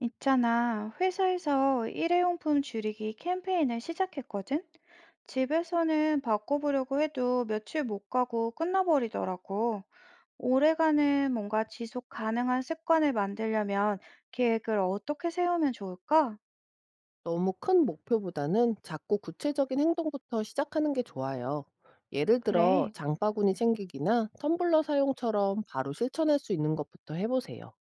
있잖아, 회사에서 일회용품 줄이기 캠페인을 시작했거든? 집에서는 바꿔보려고 해도 며칠 못 가고 끝나버리더라고. 오래가는 뭔가 지속 가능한 습관을 만들려면 계획을 어떻게 세우면 좋을까? 너무 큰 목표보다는 작고 구체적인 행동부터 시작하는 게 좋아요. 예를 들어 그래. 장바구니 챙기기나 텀블러 사용처럼 바로 실천할 수 있는 것부터 해보세요.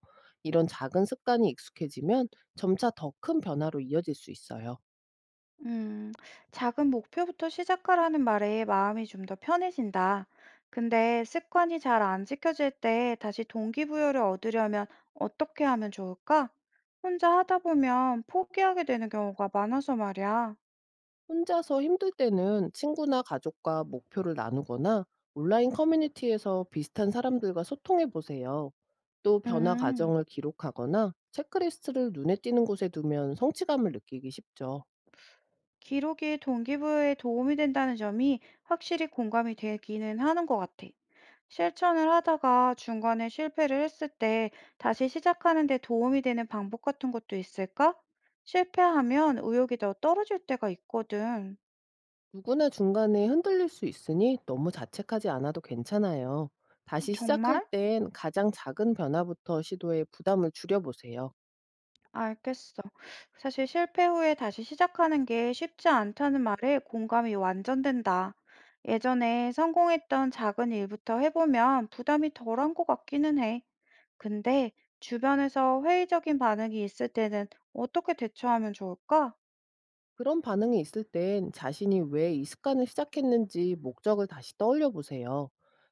이런 작은 습관이 익숙해지면 점차 더 큰 변화로 이어질 수 있어요. 음, 작은 목표부터 시작하라는 말에 마음이 좀 더 편해진다. 근데 습관이 잘 안 지켜질 때 다시 동기부여를 얻으려면 어떻게 하면 좋을까? 혼자 하다 보면 포기하게 되는 경우가 많아서 말이야. 혼자서 힘들 때는 친구나 가족과 목표를 나누거나 온라인 커뮤니티에서 비슷한 사람들과 소통해 보세요. 또 변화 음, 과정을 기록하거나 체크리스트를 눈에 띄는 곳에 두면 성취감을 느끼기 쉽죠. 기록이 동기부여에 도움이 된다는 점이 확실히 공감이 되기는 하는 것 같아. 실천을 하다가 중간에 실패를 했을 때 다시 시작하는 데 도움이 되는 방법 같은 것도 있을까? 실패하면 의욕이 더 떨어질 때가 있거든. 누구나 중간에 흔들릴 수 있으니 너무 자책하지 않아도 괜찮아요. 다시 시작할 정말? 땐 가장 작은 변화부터 시도해 부담을 줄여보세요. 알겠어. 사실 실패 후에 다시 시작하는 게 쉽지 않다는 말에 공감이 완전 된다. 예전에 성공했던 작은 일부터 해보면 부담이 덜한 것 같기는 해. 근데 주변에서 회의적인 반응이 있을 때는 어떻게 대처하면 좋을까? 그런 반응이 있을 땐 자신이 왜 이 습관을 시작했는지 목적을 다시 떠올려 보세요.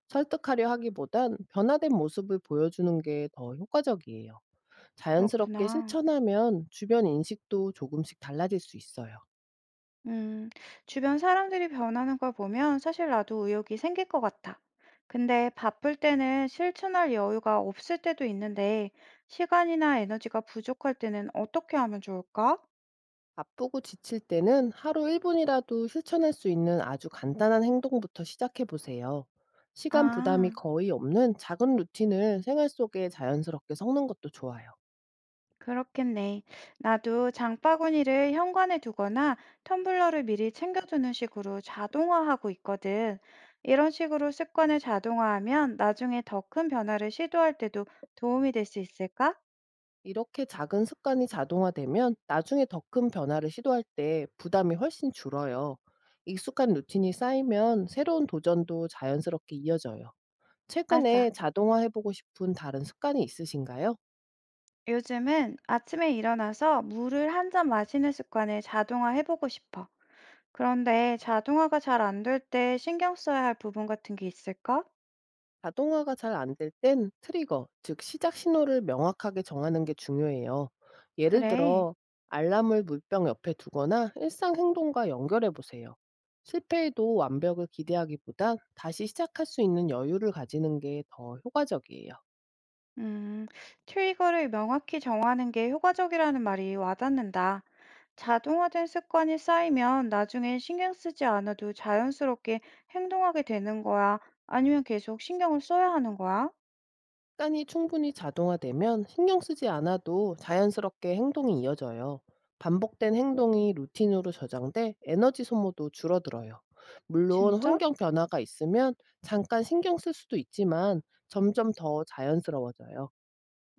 설득하려 하기보단 변화된 모습을 보여주는 게 더 효과적이에요. 자연스럽게 그렇구나. 실천하면 주변 인식도 조금씩 달라질 수 있어요. 음, 주변 사람들이 변하는 걸 보면 사실 나도 의욕이 생길 것 같아. 근데 바쁠 때는 실천할 여유가 없을 때도 있는데, 시간이나 에너지가 부족할 때는 어떻게 하면 좋을까? 바쁘고 지칠 때는 하루 1분이라도 실천할 수 있는 아주 간단한 행동부터 시작해 보세요. 시간 부담이 아, 거의 없는 작은 루틴을 생활 속에 자연스럽게 섞는 것도 좋아요. 그렇겠네. 나도 장바구니를 현관에 두거나 텀블러를 미리 챙겨두는 식으로 자동화하고 있거든. 이런 식으로 습관을 자동화하면 나중에 더 큰 변화를 시도할 때도 도움이 될 수 있을까? 이렇게 작은 습관이 자동화되면 나중에 더 큰 변화를 시도할 때 부담이 훨씬 줄어요. 익숙한 루틴이 쌓이면 새로운 도전도 자연스럽게 이어져요. 최근에 맞아. 자동화해보고 싶은 다른 습관이 있으신가요? 요즘은 아침에 일어나서 물을 한잔 마시는 습관을 자동화해보고 싶어. 그런데 자동화가 잘 안될 때 신경 써야 할 부분 같은 게 있을까? 자동화가 잘 안 될 땐 트리거, 즉 시작 신호를 명확하게 정하는 게 중요해요. 예를 그래. 들어 알람을 물병 옆에 두거나 일상 행동과 연결해 보세요. 실패해도 완벽을 기대하기보단 다시 시작할 수 있는 여유를 가지는 게 더 효과적이에요. 음, 트리거를 명확히 정하는 게 효과적이라는 말이 와닿는다. 자동화된 습관이 쌓이면 나중엔 신경 쓰지 않아도 자연스럽게 행동하게 되는 거야? 아니면 계속 신경을 써야 하는 거야? 습관이 충분히 자동화되면 신경 쓰지 않아도 자연스럽게 행동이 이어져요. 반복된 행동이 루틴으로 저장돼 에너지 소모도 줄어들어요. 물론 진짜? 환경 변화가 있으면 잠깐 신경 쓸 수도 있지만 점점 더 자연스러워져요.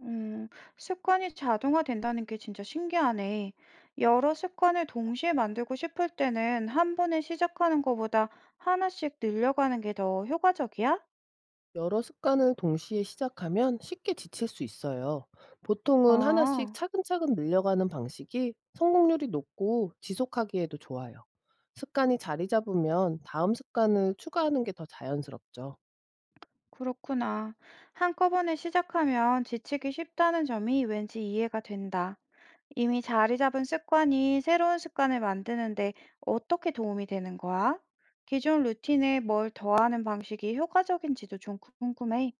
음, 습관이 자동화된다는 게 진짜 신기하네. 여러 습관을 동시에 만들고 싶을 때는 한 번에 시작하는 것보다 하나씩 늘려가는 게 더 효과적이야? 여러 습관을 동시에 시작하면 쉽게 지칠 수 있어요. 보통은 하나씩 아, 차근차근 늘려가는 방식이 성공률이 높고 지속하기에도 좋아요. 습관이 자리 잡으면 다음 습관을 추가하는 게 더 자연스럽죠. 그렇구나. 한꺼번에 시작하면 지치기 쉽다는 점이 왠지 이해가 된다. 이미 자리 잡은 습관이 새로운 습관을 만드는데 어떻게 도움이 되는 거야? 기존 루틴에 뭘 더하는 방식이 효과적인지도 좀 궁금해.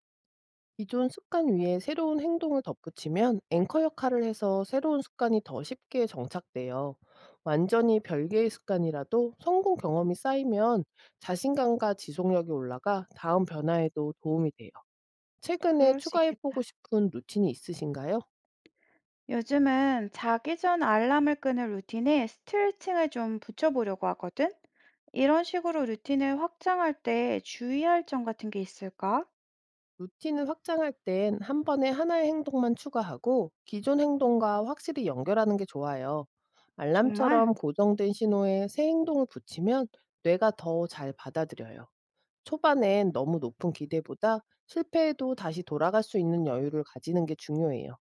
기존 습관 위에 새로운 행동을 덧붙이면 앵커 역할을 해서 새로운 습관이 더 쉽게 정착돼요. 완전히 별개의 습관이라도 성공 경험이 쌓이면 자신감과 지속력이 올라가 다음 변화에도 도움이 돼요. 최근에 그럴 수 추가해 보고 있겠다. 싶은 루틴이 있으신가요? 요즘은 자기 전 알람을 끄는 루틴에 스트레칭을 좀 붙여보려고 하거든? 이런 식으로 루틴을 확장할 때 주의할 점 같은 게 있을까? 루틴을 확장할 땐 한 번에 하나의 행동만 추가하고 기존 행동과 확실히 연결하는 게 좋아요. 정말? 알람처럼 고정된 신호에 새 행동을 붙이면 뇌가 더 잘 받아들여요. 초반엔 너무 높은 기대보다 실패해도 다시 돌아갈 수 있는 여유를 가지는 게 중요해요.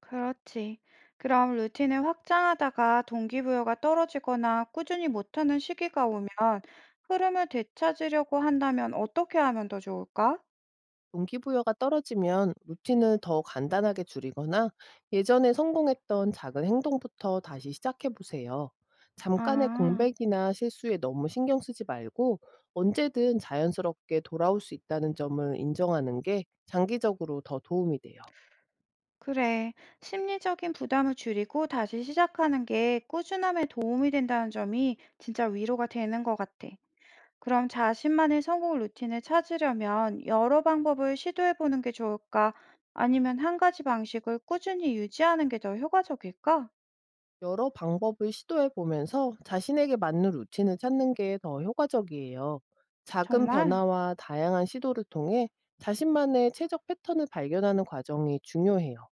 그렇지. 그럼 루틴을 확장하다가 동기부여가 떨어지거나 꾸준히 못하는 시기가 오면 흐름을 되찾으려고 한다면 어떻게 하면 더 좋을까? 동기부여가 떨어지면 루틴을 더 간단하게 줄이거나 예전에 성공했던 작은 행동부터 다시 시작해 보세요. 잠깐의 아. 공백이나 실수에 너무 신경 쓰지 말고 언제든 자연스럽게 돌아올 수 있다는 점을 인정하는 게 장기적으로 더 도움이 돼요. 그래. 심리적인 부담을 줄이고 다시 시작하는 게 꾸준함에 도움이 된다는 점이 진짜 위로가 되는 것 같아. 그럼 자신만의 성공 루틴을 찾으려면 여러 방법을 시도해 보는 게 좋을까? 아니면 한 가지 방식을 꾸준히 유지하는 게 더 효과적일까? 여러 방법을 시도해 보면서 자신에게 맞는 루틴을 찾는 게 더 효과적이에요. 작은 정말? 변화와 다양한 시도를 통해 자신만의 최적 패턴을 발견하는 과정이 중요해요.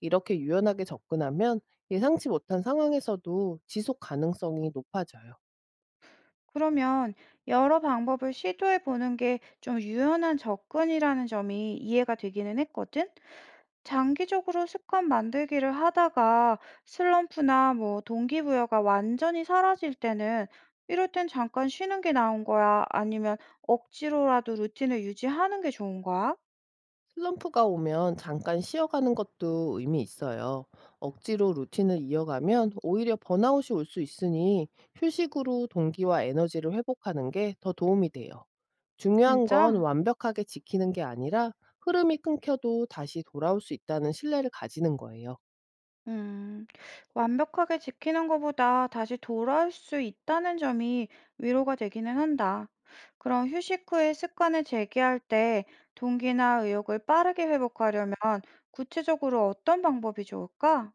이렇게 유연하게 접근하면 예상치 못한 상황에서도 지속 가능성이 높아져요. 그러면 여러 방법을 시도해 보는 게 좀 유연한 접근이라는 점이 이해가 되기는 했거든? 장기적으로 습관 만들기를 하다가 슬럼프나 뭐 동기부여가 완전히 사라질 때는 이럴 땐 잠깐 쉬는 게 나은 거야? 아니면 억지로라도 루틴을 유지하는 게 좋은 거야? 슬럼프가 오면 잠깐 쉬어가는 것도 의미 있어요. 억지로 루틴을 이어가면 오히려 번아웃이 올 수 있으니 휴식으로 동기와 에너지를 회복하는 게 더 도움이 돼요. 중요한 건 진짜? 완벽하게 지키는 게 아니라 흐름이 끊겨도 다시 돌아올 수 있다는 신뢰를 가지는 거예요. 음, 완벽하게 지키는 것보다 다시 돌아올 수 있다는 점이 위로가 되기는 한다. 그럼 휴식 후에 습관을 재개할 때 동기나 의욕을 빠르게 회복하려면 구체적으로 어떤 방법이 좋을까?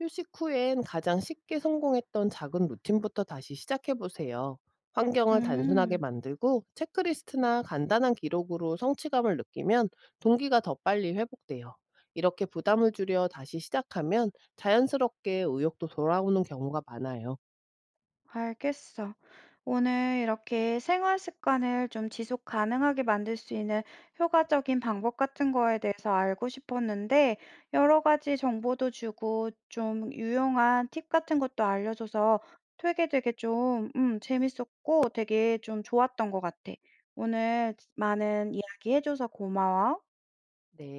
휴식 후엔 가장 쉽게 성공했던 작은 루틴부터 다시 시작해 보세요. 환경을 단순하게 음. 만들고 체크리스트나 간단한 기록으로 성취감을 느끼면 동기가 더 빨리 회복돼요. 이렇게 부담을 줄여 다시 시작하면 자연스럽게 의욕도 돌아오는 경우가 많아요. 알겠어. 오늘 이렇게 생활 습관을 좀 지속 가능하게 만들 수 있는 효과적인 방법 같은 거에 대해서 알고 싶었는데, 여러 가지 정보도 주고, 좀 유용한 팁 같은 것도 알려줘서 되게 되게 좀, 재밌었고 되게 좀 좋았던 것 같아. 오늘 많은 이야기 해줘서 고마워. 네.